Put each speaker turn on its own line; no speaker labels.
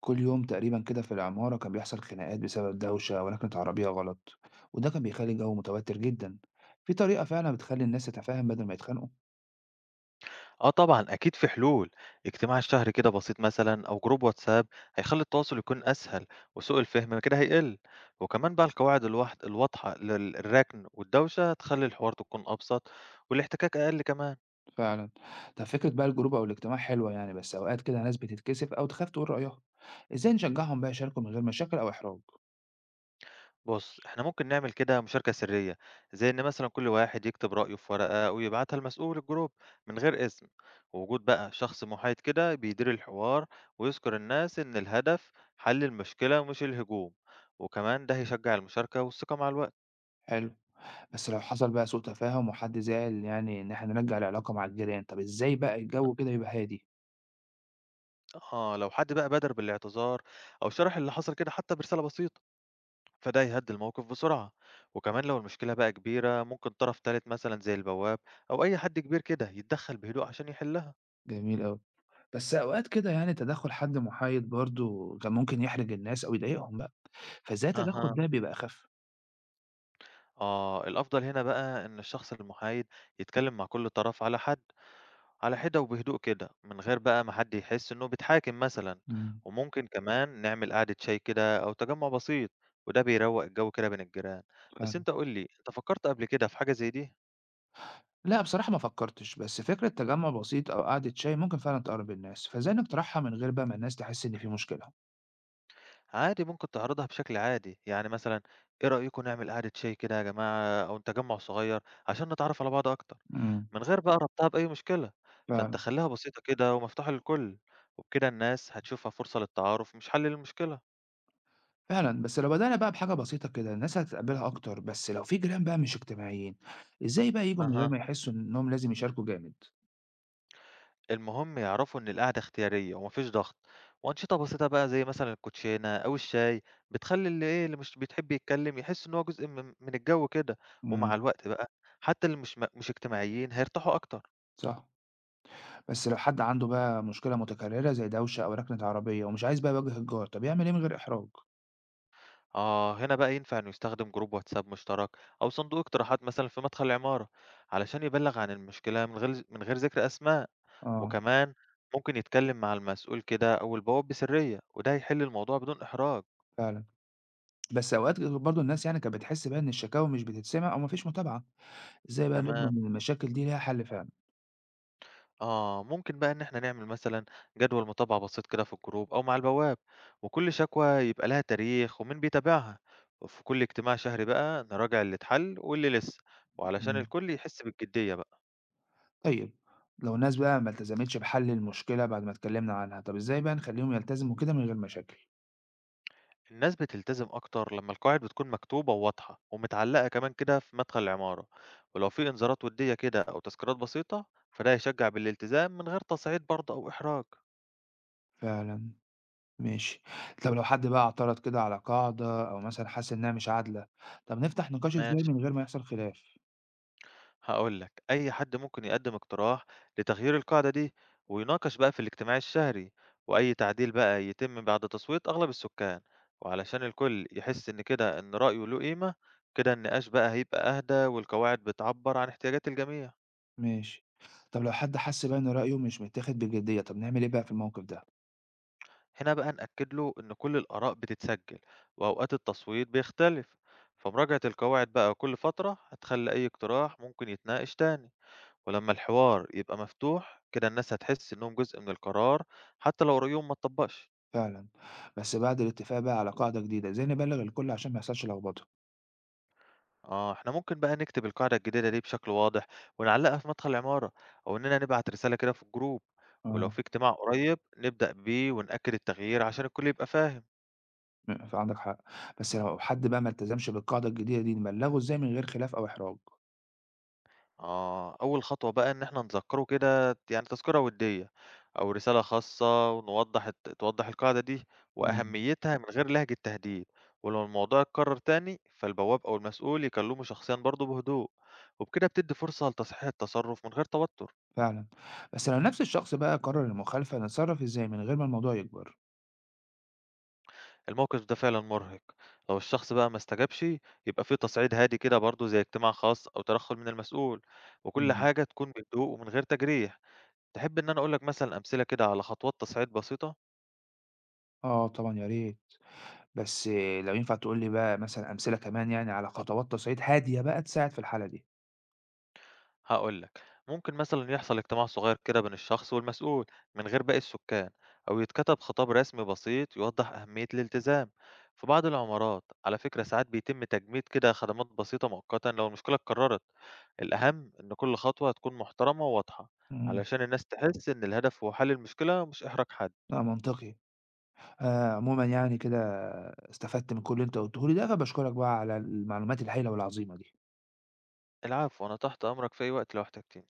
كل يوم تقريبا كده في العمارة كان بيحصل خناقات بسبب دوشة ولكنة عربية غلط، وده كان بيخلي الجو متوتر جدا. في طريقة فعلا بتخلي الناس تتفاهم بدل ما يتخانقوا؟
آه طبعًا أكيد في حلول، اجتماع شهري كده بسيط مثلًا أو جروب واتساب هيخلّي التواصل يكون أسهل وسوء الفهم كده هيقل، وكمان بقى القواعد الواحد الواضحة للركن والدوشة هتخلّي الحوار تكون أبسط والاحتكاك أقل كمان.
فعلا. طب فكرة بقى الجروب أو الاجتماع حلوة يعني، بس أوقات كده ناس بتتكسف أو تخاف تقول رأيها. إزاي نشجعهم بقى يشاركوا من غير مشاكل أو إحراج؟
بُص، إحنا ممكن نعمل كده مشاركة سرية، زي إن مثلًا كل واحد يكتب رأيه في ورقة ويبعتها لمسؤول الجروب من غير اسم، ووجود بقى شخص محايد كده بيدير الحوار ويذكر الناس إن الهدف حل المشكلة مش الهجوم، وكمان ده هيشجع المشاركة والثقة مع الوقت.
حلو. بس لو حصل بقى سوء تفاهم وحد زعل، يعني إن إحنا نرجع العلاقة مع الجيران، طب إزاي بقى الجو كده يبقى هادي؟
آه، لو حد بقى بادر بالاعتذار أو شرح اللي حصل كده حتى برسالة بسيطة، فده يهدي الموقف بسرعة. وكمان لو المشكلة بقى كبيرة ممكن طرف تالت مثلًا زي البواب أو أي حد كبير كده يتدخل بهدوء عشان يحلها.
جميل أوي. بس أوقات كده يعني تدخل حد محايد برضه كان ممكن يحرج الناس أو يضايقهم بقى، فإزاي التدخُّل
أها.
ده بيبقى أخَف؟
آه، الأفضل هنا بقى إن الشخص المحايد يتكلم مع كل طرف على حد على حدة وبهدوء كده من غير بقى ما حد يحس إنه بيتحاكم مثلا.
إمم،
وممكن كمان نعمل قعدة شاي كده أو تجمع بسيط وده بيروق الجو كده بين الجيران. بس
فعلًا.
أنت قول لي أنت فكرت قبل كده في حاجة زي دي؟
لأ بصراحة ما فكّرتش، بس فكرة تجمُّع بسيط أو قعدة شاي ممكن فعلًا تقرّب الناس، فإزاي نقترحها من غير بقى ما الناس تحس إن في مشكلة؟
عادي ممكن تعرضها بشكل عادي، يعني مثلًا إيه رأيكم نعمل قعدة شاي كده يا جماعة أو تجمُّع صغير عشان نتعرف على بعض أكتر،
إمم،
من غير بقى ربطها بأي مشكلة، فأنت
فعلًا،
خلّيها بسيطة كده ومفتوحة للكل، وبكده الناس هتشوفها فرصة للتعارف مش حل للمشكلة.
فعلًا، بس لو بدأنا بقى بحاجة بسيطة كده الناس هتتقبّلها أكتر، بس لو في جيران بقى مش اجتماعيين، إزاي بقى ييجوا من غير
أها،
ما يحسّوا إنّهم لازم يشاركوا جامد؟
المهم يعرفوا إن القعدة اختيارية وما فيش ضغط، وأنشطة بسيطة بقى زي مثلًا الكوتشينة أو الشاي بتخلّي اللي مش بيحب يتكلم يحس إن هو جزء من الجو كده، ومع
إمم،
الوقت بقى حتى اللي مش اجتماعيين هيرتاحوا أكتر.
صح. بس لو حد عنده بقى مشكلة متكرّرة زي دوشة أو ركنة عربية ومش عايز بقى يواجه الجار، طَب يعمل إيه من غير إحراج؟
آه هنا بقى ينفع إنه يستخدم جروب واتساب مشترك أو صندوق اقتراحات مثلا في مدخل العمارة علشان يبلغ عن المشكلة من غير ذكر أسماء.
آه،
وكمان ممكن يتكلم مع المسؤول كده أو البواب بسرية وده هيحل الموضوع بدون إحراج.
فعلًا. بس أوقات برضه الناس يعني كانت بتحس بقى إن الشكاوى مش بتتسمع أو ما فيش متابعة، إزاي بقى
تمام.
نضمن إن المشاكل دي ليها حل فعلًا؟
آه ممكن بقى إن إحنا نعمل مثلا جدول متابعة بسيط كده في الجروب أو مع البواب وكل شكوى يبقى لها تاريخ ومين بيتابعها وفي كل اجتماع شهري بقى نراجع اللي اتحل واللي لسه وعلشان
إمم،
الكل يحس بالجدية بقى.
طيب. لو الناس بقى ما التزمتش بحل المشكلة بعد ما اتكلمنا عنها، طب إزاي بقى نخليهم يلتزموا كده من غير مشاكل؟
الناس بتلتزم أكتر لما القواعد بتكون مكتوبة وواضحة ومتعلقة كمان كده في مدخل العمارة ولو في إنذارات ودية كده أو تذكيرات بسيطة فده يشجع بالالتزام من غير تصعيد برضه أو إحراج.
فعلًا، ماشي. طب لو حد بقى اعترض كده على قاعدة أو مثلًا حس إنها مش عادلة، طب نفتح نقاش إزاي
ماشي،
من غير ما يحصل خلاف؟
هقولك أي حد ممكن يقدم اقتراح لتغيير القاعدة دي ويناقش بقى في الاجتماع الشهري وأي تعديل بقى يتم بعد تصويت أغلب السكان وعلشان الكل يحس إن كده إن رأيه له قيمة، كده النقاش بقى هيبقى أهدى والقواعد بتعبر عن احتياجات الجميع.
ماشي. طب لو حد حس بقى إن رأيه مش متاخد بجدية، طب نعمل إيه بقى في الموقف ده؟
هنا بقى نأكد له إن كل الآراء بتتسجل وأوقات التصويت بيختلف فمراجعة القواعد بقى كل فترة هتخلي أي اقتراح ممكن يتناقش تاني ولما الحوار يبقى مفتوح كده الناس هتحس إنهم جزء من القرار حتى لو رأيهم ما اتطبقش.
فعلًا. بس بعد الاتفاق بقى على قاعدة جديدة، إزاي نبلّغ الكل عشان ما يحصلش لخبطة؟
آه إحنا ممكن بقى نكتب القاعدة الجديدة دي بشكل واضح ونعلقها في مدخل العمارة أو إننا نبعت رسالة كده في الجروب ولو
آه،
في اجتماع قريب نبدأ بيه ونأكد التغيير عشان الكل يبقى فاهم.
فعندك حق. بس لو حد بقى ما التزمش بالقاعدة الجديدة دي، نبلّغه إزاي من غير خلاف أو إحراج؟
آه، أول خطوة بقى إن إحنا نذكّره كده يعني تذكرة وديّة أو رسالة خاصة ونوضّح توضّح القاعدة دي
إمم،
وأهميتها من غير لهجة تهديد، ولو الموضوع اتكرر تاني فالبواب أو المسؤول يكلمه شخصيًا برضه بهدوء، وبكده بتدّي فرصة لتصحيح التصرُّف من غير توتُّر.
فعلًا. بس لو نفس الشخص بقى قرر المخالفة، نتصرف إزاي من غير ما الموضوع يكبر؟
الموقف ده فعلًا مُرهق، لو الشخص بقى ما استجابش يبقى في تصعيد هادي كده برضه زي اجتماع خاص أو ترحُّل من المسؤول، وكل
إمم،
حاجة تكون بهدوء ومن غير تجريح. تحب إن أنا أقول لك مثلًا أمثلة كده على خطوات تصعيد بسيطة؟
آه طبعًا يا ريت. بس لو ينفع تقول لي بقى مثلًا أمثلة كمان يعني على خطوات تصعيد هادية بقى تساعد في الحالة دي.
هاقول لك، ممكن مثلًا يحصل اجتماع صغير كده بين الشخص والمسؤول من غير باقي السكان، أو يتكتب خطاب رسمي بسيط يوضح أهمية الالتزام. في بعض العمارات على فكرة ساعات بيتم تجميد كده خدمات بسيطة مؤقتًا لو المشكلة اتكررت، الأهم إن كل خطوة تكون محترمة وواضحة
إمم،
علشان الناس تحس إن الهدف هو حل المشكلة مش إحراج حد.
لأ منطقي. عمومًا يعني كده استفدت من كل اللي أنت قُلته لي ده، فباشكرك بقى على المعلومات الهايلة والعظيمة دي.
العفو، أنا تحت أمرك في أي وقت لو احتجتني.